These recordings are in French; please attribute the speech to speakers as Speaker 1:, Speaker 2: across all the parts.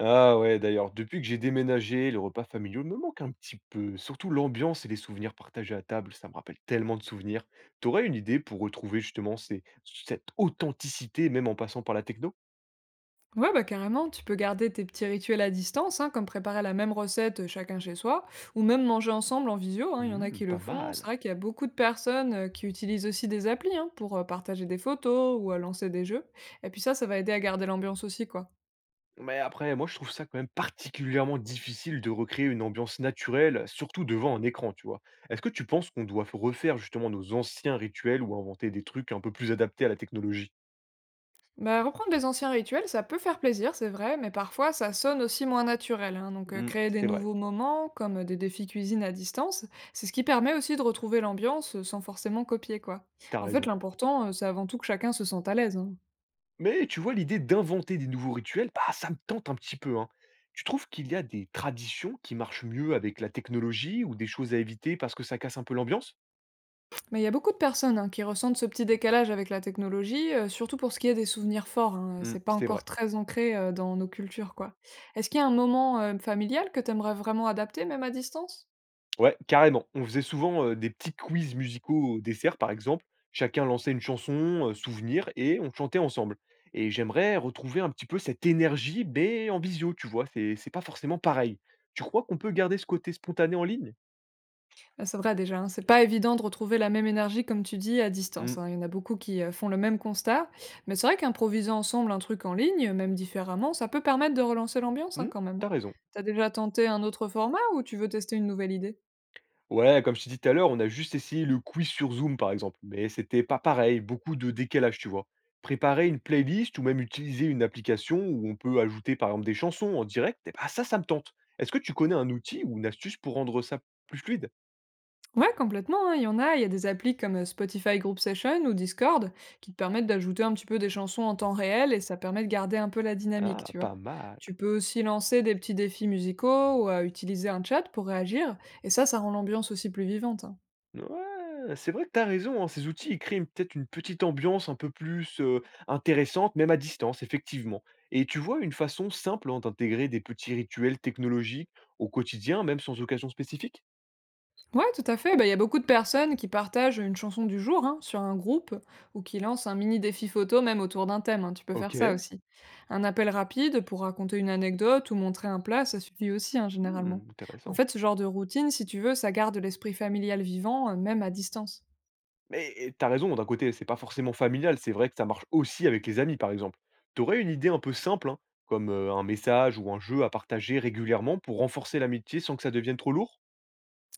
Speaker 1: Ah ouais, d'ailleurs, depuis que j'ai déménagé, les repas familiaux me manquent un petit peu. Surtout l'ambiance et les souvenirs partagés à table, ça me rappelle tellement de souvenirs. T'aurais une idée pour retrouver justement cette authenticité, même en passant par la techno?
Speaker 2: Ouais, bah carrément, tu peux garder tes petits rituels à distance, hein, comme préparer la même recette, chacun chez soi, ou même manger ensemble en visio, hein, il y en a
Speaker 1: Hmm.
Speaker 2: qui le
Speaker 1: Pas
Speaker 2: font. C'est
Speaker 1: mal.
Speaker 2: vrai qu'il y a beaucoup de personnes qui utilisent aussi des applis hein, pour partager des photos ou à lancer des jeux. Et puis ça va aider à garder l'ambiance aussi, quoi.
Speaker 1: Mais après, moi je trouve ça quand même particulièrement difficile de recréer une ambiance naturelle, surtout devant un écran, tu vois. Est-ce que tu penses qu'on doit refaire justement nos anciens rituels ou inventer des trucs un peu plus adaptés à la technologie?
Speaker 2: Bah, reprendre les anciens rituels, ça peut faire plaisir, c'est vrai, mais parfois ça sonne aussi moins naturel, hein. Donc
Speaker 1: Hmm.
Speaker 2: créer des
Speaker 1: C'est vrai,
Speaker 2: nouveaux moments, comme des défis cuisine à distance, c'est ce qui permet aussi de retrouver l'ambiance sans forcément copier, quoi.
Speaker 1: t'as
Speaker 2: En fait,
Speaker 1: raison.
Speaker 2: l'important, c'est avant tout que chacun se sente à l'aise, hein.
Speaker 1: Mais tu vois, l'idée d'inventer des nouveaux rituels, bah, ça me tente un petit peu, hein. Tu trouves qu'il y a des traditions qui marchent mieux avec la technologie ou des choses à éviter parce que ça casse un peu l'ambiance?
Speaker 2: Mais il y a beaucoup de personnes hein, qui ressentent ce petit décalage avec la technologie, surtout pour ce qui est des souvenirs forts, hein.
Speaker 1: Hmm.
Speaker 2: C'est pas
Speaker 1: C'était
Speaker 2: encore
Speaker 1: vrai.
Speaker 2: très ancré dans nos cultures, quoi. Est-ce qu'il y a un moment familial que t'aimerais vraiment adapter, même à distance?
Speaker 1: Ouais, carrément. On faisait souvent des petits quiz musicaux au dessert, par exemple. Chacun lançait une chanson, souvenir, et on chantait ensemble. Et j'aimerais retrouver un petit peu cette énergie, mais en visio, tu vois. C'est pas forcément pareil. Tu crois qu'on peut garder ce côté spontané en ligne?
Speaker 2: Bah, c'est vrai déjà, hein, c'est pas évident de retrouver la même énergie, comme tu dis, à
Speaker 1: Hmm.
Speaker 2: distance, hein. Il y en a beaucoup qui font le même constat. Mais c'est vrai qu'improviser ensemble un truc en ligne, même différemment, ça peut permettre de relancer l'ambiance hein,
Speaker 1: Hmm.
Speaker 2: quand même.
Speaker 1: T'as raison.
Speaker 2: T'as déjà tenté un autre format ou tu veux tester une nouvelle idée?
Speaker 1: Ouais, comme je t'ai dit tout à l'heure, on a juste essayé le quiz sur Zoom, par exemple, mais c'était pas pareil, beaucoup de décalage, tu vois. Préparer une playlist ou même utiliser une application où on peut ajouter, par exemple, des chansons en direct, eh ben, ça me tente. Est-ce que tu connais un outil ou une astuce pour rendre ça plus fluide?
Speaker 2: Ouais, complètement, hein, il y en a. Il y a des applis comme Spotify Group Session ou Discord qui te permettent d'ajouter un petit peu des chansons en temps réel et ça permet de garder un peu la dynamique,
Speaker 1: Ah,
Speaker 2: tu vois.
Speaker 1: pas mal.
Speaker 2: Tu peux aussi lancer des petits défis musicaux ou utiliser un chat pour réagir et ça rend l'ambiance aussi plus vivante, hein.
Speaker 1: Ouais, c'est vrai que t'as raison, hein, ces outils ils créent peut-être une petite ambiance un peu plus intéressante, même à distance, effectivement. Et tu vois, une façon simple hein, d'intégrer des petits rituels technologiques au quotidien, même sans occasion spécifique?
Speaker 2: Ouais, tout à fait. Bah, il y a beaucoup de personnes qui partagent une chanson du jour hein, sur un groupe ou qui lancent un mini défi photo même autour d'un thème, hein. Tu peux faire ça
Speaker 1: OK.
Speaker 2: aussi. Un appel rapide pour raconter une anecdote ou montrer un plat, ça suffit aussi hein, généralement.
Speaker 1: Mmh,
Speaker 2: En
Speaker 1: intéressant.
Speaker 2: fait, ce genre de routine, si tu veux, ça garde l'esprit familial vivant, même à distance.
Speaker 1: Mais et tu raison, d'un côté, c'est pas forcément familial, c'est vrai que ça marche aussi avec les amis, par exemple. T'aurais une idée un peu simple, hein, comme, un message ou un jeu à partager régulièrement pour renforcer l'amitié sans que ça devienne trop lourd?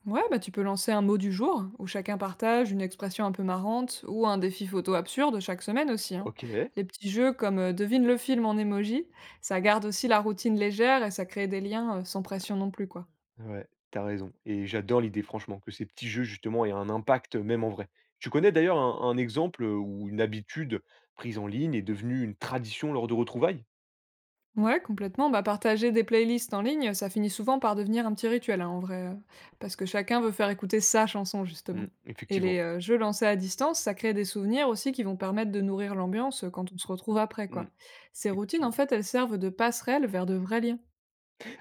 Speaker 2: Ouais, bah tu peux lancer un mot du jour, où chacun partage une expression un peu marrante, ou un défi photo absurde chaque semaine aussi, hein.
Speaker 1: OK,
Speaker 2: Les petits jeux comme Devine le film en emoji, ça garde aussi la routine légère et ça crée des liens sans pression non plus, quoi.
Speaker 1: ouais, t'as raison et j'adore l'idée franchement que ces petits jeux justement aient un impact, même en vrai. Tu connais d'ailleurs un exemple, où une habitude prise en ligne est devenue une tradition lors de retrouvailles?
Speaker 2: Ouais, complètement. Bah partager des playlists en ligne, ça finit souvent par devenir un petit rituel, hein, en vrai, parce que chacun veut faire écouter sa chanson, justement.
Speaker 1: Mmh,
Speaker 2: Et les
Speaker 1: effectivement.
Speaker 2: jeux lancés à distance, ça crée des souvenirs aussi qui vont permettre de nourrir l'ambiance quand on se retrouve après,
Speaker 1: Mmh,
Speaker 2: quoi. Ces routines, en
Speaker 1: effectivement.
Speaker 2: fait, elles servent de passerelle vers de vrais liens.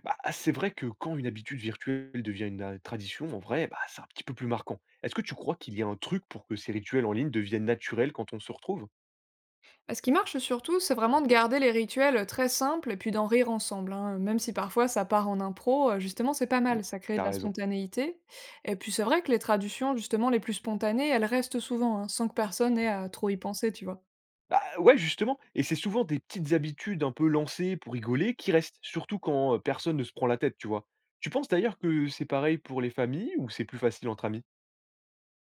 Speaker 1: Bah, c'est vrai que quand une habitude virtuelle devient une a tradition, en vrai, bah, c'est un petit peu plus marquant. Est-ce que tu crois qu'il y a un truc pour que ces rituels en ligne deviennent naturels quand on se retrouve?
Speaker 2: Bah, ce qui marche surtout, c'est vraiment de garder les rituels très simples et puis d'en rire ensemble, hein. Même si parfois ça part en impro, justement, c'est pas
Speaker 1: Mmh,
Speaker 2: mal, ça crée
Speaker 1: tu
Speaker 2: de la
Speaker 1: raison.
Speaker 2: spontanéité. Et puis c'est vrai que les traductions, justement, les plus spontanées, elles restent souvent, hein, sans que personne ait à trop y penser, tu vois.
Speaker 1: Bah, ouais, justement, et c'est souvent des petites habitudes un peu lancées pour rigoler qui restent, surtout quand personne ne se prend la tête, tu vois. Tu penses d'ailleurs que c'est pareil pour les familles ou c'est plus facile entre amis?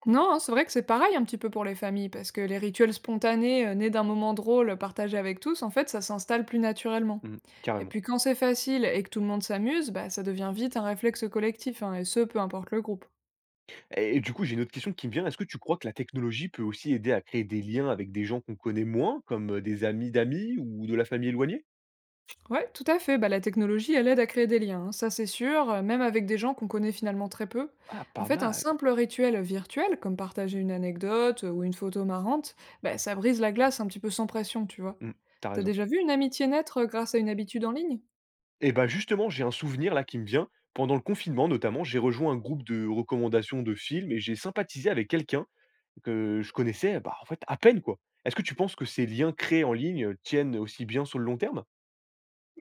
Speaker 2: Non, hein, c'est vrai que c'est pareil un petit peu pour les familles, parce que les rituels spontanés, nés d'un moment drôle, partagé avec tous, en fait, ça s'installe plus naturellement.
Speaker 1: Mmh,
Speaker 2: Et
Speaker 1: carrément.
Speaker 2: puis quand c'est facile et que tout le monde s'amuse, bah, ça devient vite un réflexe collectif, hein, et ce, peu importe le groupe.
Speaker 1: Et du coup, j'ai une autre question qui me vient. Est-ce que tu crois que la technologie peut aussi aider à créer des liens avec des gens qu'on connaît moins, comme des amis d'amis ou de la famille éloignée?
Speaker 2: Ouais, tout à fait. Bah, la technologie, elle aide à créer des liens, hein, ça c'est sûr, même avec des gens qu'on connaît finalement très peu.
Speaker 1: Ah,
Speaker 2: En
Speaker 1: pas
Speaker 2: fait, un
Speaker 1: mal.
Speaker 2: simple rituel virtuel, comme partager une anecdote ou une photo marrante, bah, ça brise la glace un petit peu sans pression, tu vois.
Speaker 1: Mmh, tu
Speaker 2: T'as
Speaker 1: raison.
Speaker 2: déjà vu une amitié naître grâce à une habitude en ligne?
Speaker 1: Et bah, justement, j'ai un souvenir là qui me vient. Pendant le confinement, notamment, j'ai rejoint un groupe de recommandations de films et j'ai sympathisé avec quelqu'un que je connaissais, bah, en fait, à peine quoi. Est-ce que tu penses que ces liens créés en ligne tiennent aussi bien sur le long terme?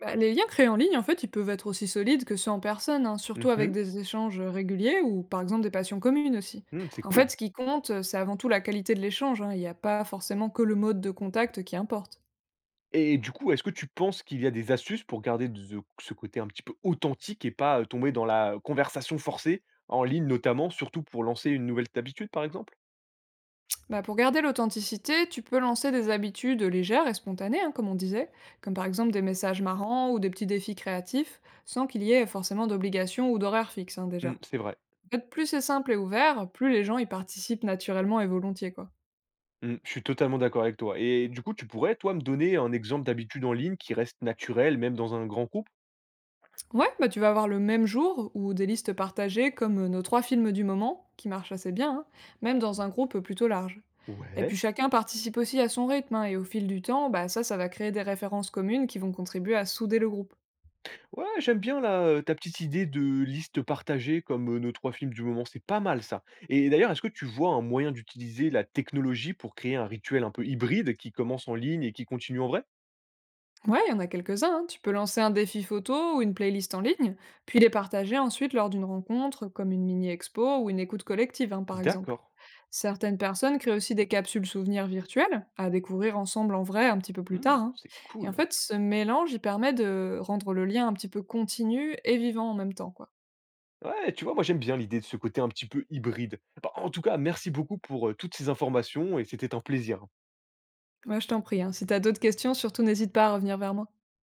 Speaker 2: Bah, les liens créés en ligne, en fait, ils peuvent être aussi solides que ceux en personne, hein, surtout avec
Speaker 1: Mhm.
Speaker 2: des échanges réguliers ou par exemple des passions communes aussi.
Speaker 1: Mmh, c'est
Speaker 2: En fait,
Speaker 1: cool.
Speaker 2: ce qui compte, c'est avant tout la qualité de l'échange, hein, il n'y a pas forcément que le mode de contact qui importe.
Speaker 1: Et du coup, est-ce que tu penses qu'il y a des astuces pour garder de ce côté un petit peu authentique et pas tomber dans la conversation forcée en ligne, notamment, surtout pour lancer une nouvelle habitude, par exemple?
Speaker 2: Bah, pour garder l'authenticité, tu peux lancer des habitudes légères et spontanées, hein, comme on disait, comme par exemple des messages marrants ou des petits défis créatifs, sans qu'il y ait forcément d'obligation ou d'horaire fixe hein,
Speaker 1: Mmh,
Speaker 2: déjà.
Speaker 1: c'est vrai.
Speaker 2: En fait, plus c'est simple et ouvert, plus les gens y participent naturellement et volontiers, quoi.
Speaker 1: Mmh, je suis totalement d'accord avec toi et du coup, tu pourrais, toi, me donner un exemple d'habitude en ligne qui reste naturel, même dans un grand groupe?
Speaker 2: Ouais, bah, tu vas avoir le même jour ou des listes partagées comme nos trois films du moment, qui marchent assez bien, hein, même dans un groupe plutôt large. Et puis
Speaker 1: Ouais.
Speaker 2: chacun participe aussi à son rythme, hein, et au fil du temps, bah, ça va créer des références communes qui vont contribuer à souder le groupe.
Speaker 1: Ouais, j'aime bien là, ta petite idée de liste partagée comme, nos 3 films du moment, c'est pas mal ça. Et d'ailleurs, est-ce que tu vois un moyen d'utiliser la technologie pour créer un rituel un peu hybride qui commence en ligne et qui continue en vrai?
Speaker 2: Ouais, il y en a quelques-uns, hein. Tu peux lancer un défi photo ou une playlist en ligne, puis les partager ensuite lors d'une rencontre, comme une mini-expo ou une écoute collective, hein, par exemple.
Speaker 1: D'accord.
Speaker 2: Certaines personnes créent aussi des capsules souvenirs virtuelles à découvrir ensemble en vrai un petit peu plus
Speaker 1: Mmh,
Speaker 2: tard, hein.
Speaker 1: c'est
Speaker 2: Et en
Speaker 1: cool.
Speaker 2: fait, ce mélange, il permet de rendre le lien un petit peu continu et vivant en même temps, quoi.
Speaker 1: Ouais, tu vois, moi, j'aime bien l'idée de ce côté un petit peu hybride. Bah, en tout cas, merci beaucoup pour, toutes ces informations et c'était un plaisir.
Speaker 2: Moi, je t'en prie, hein. Si t'as d'autres questions, surtout n'hésite pas à revenir vers moi.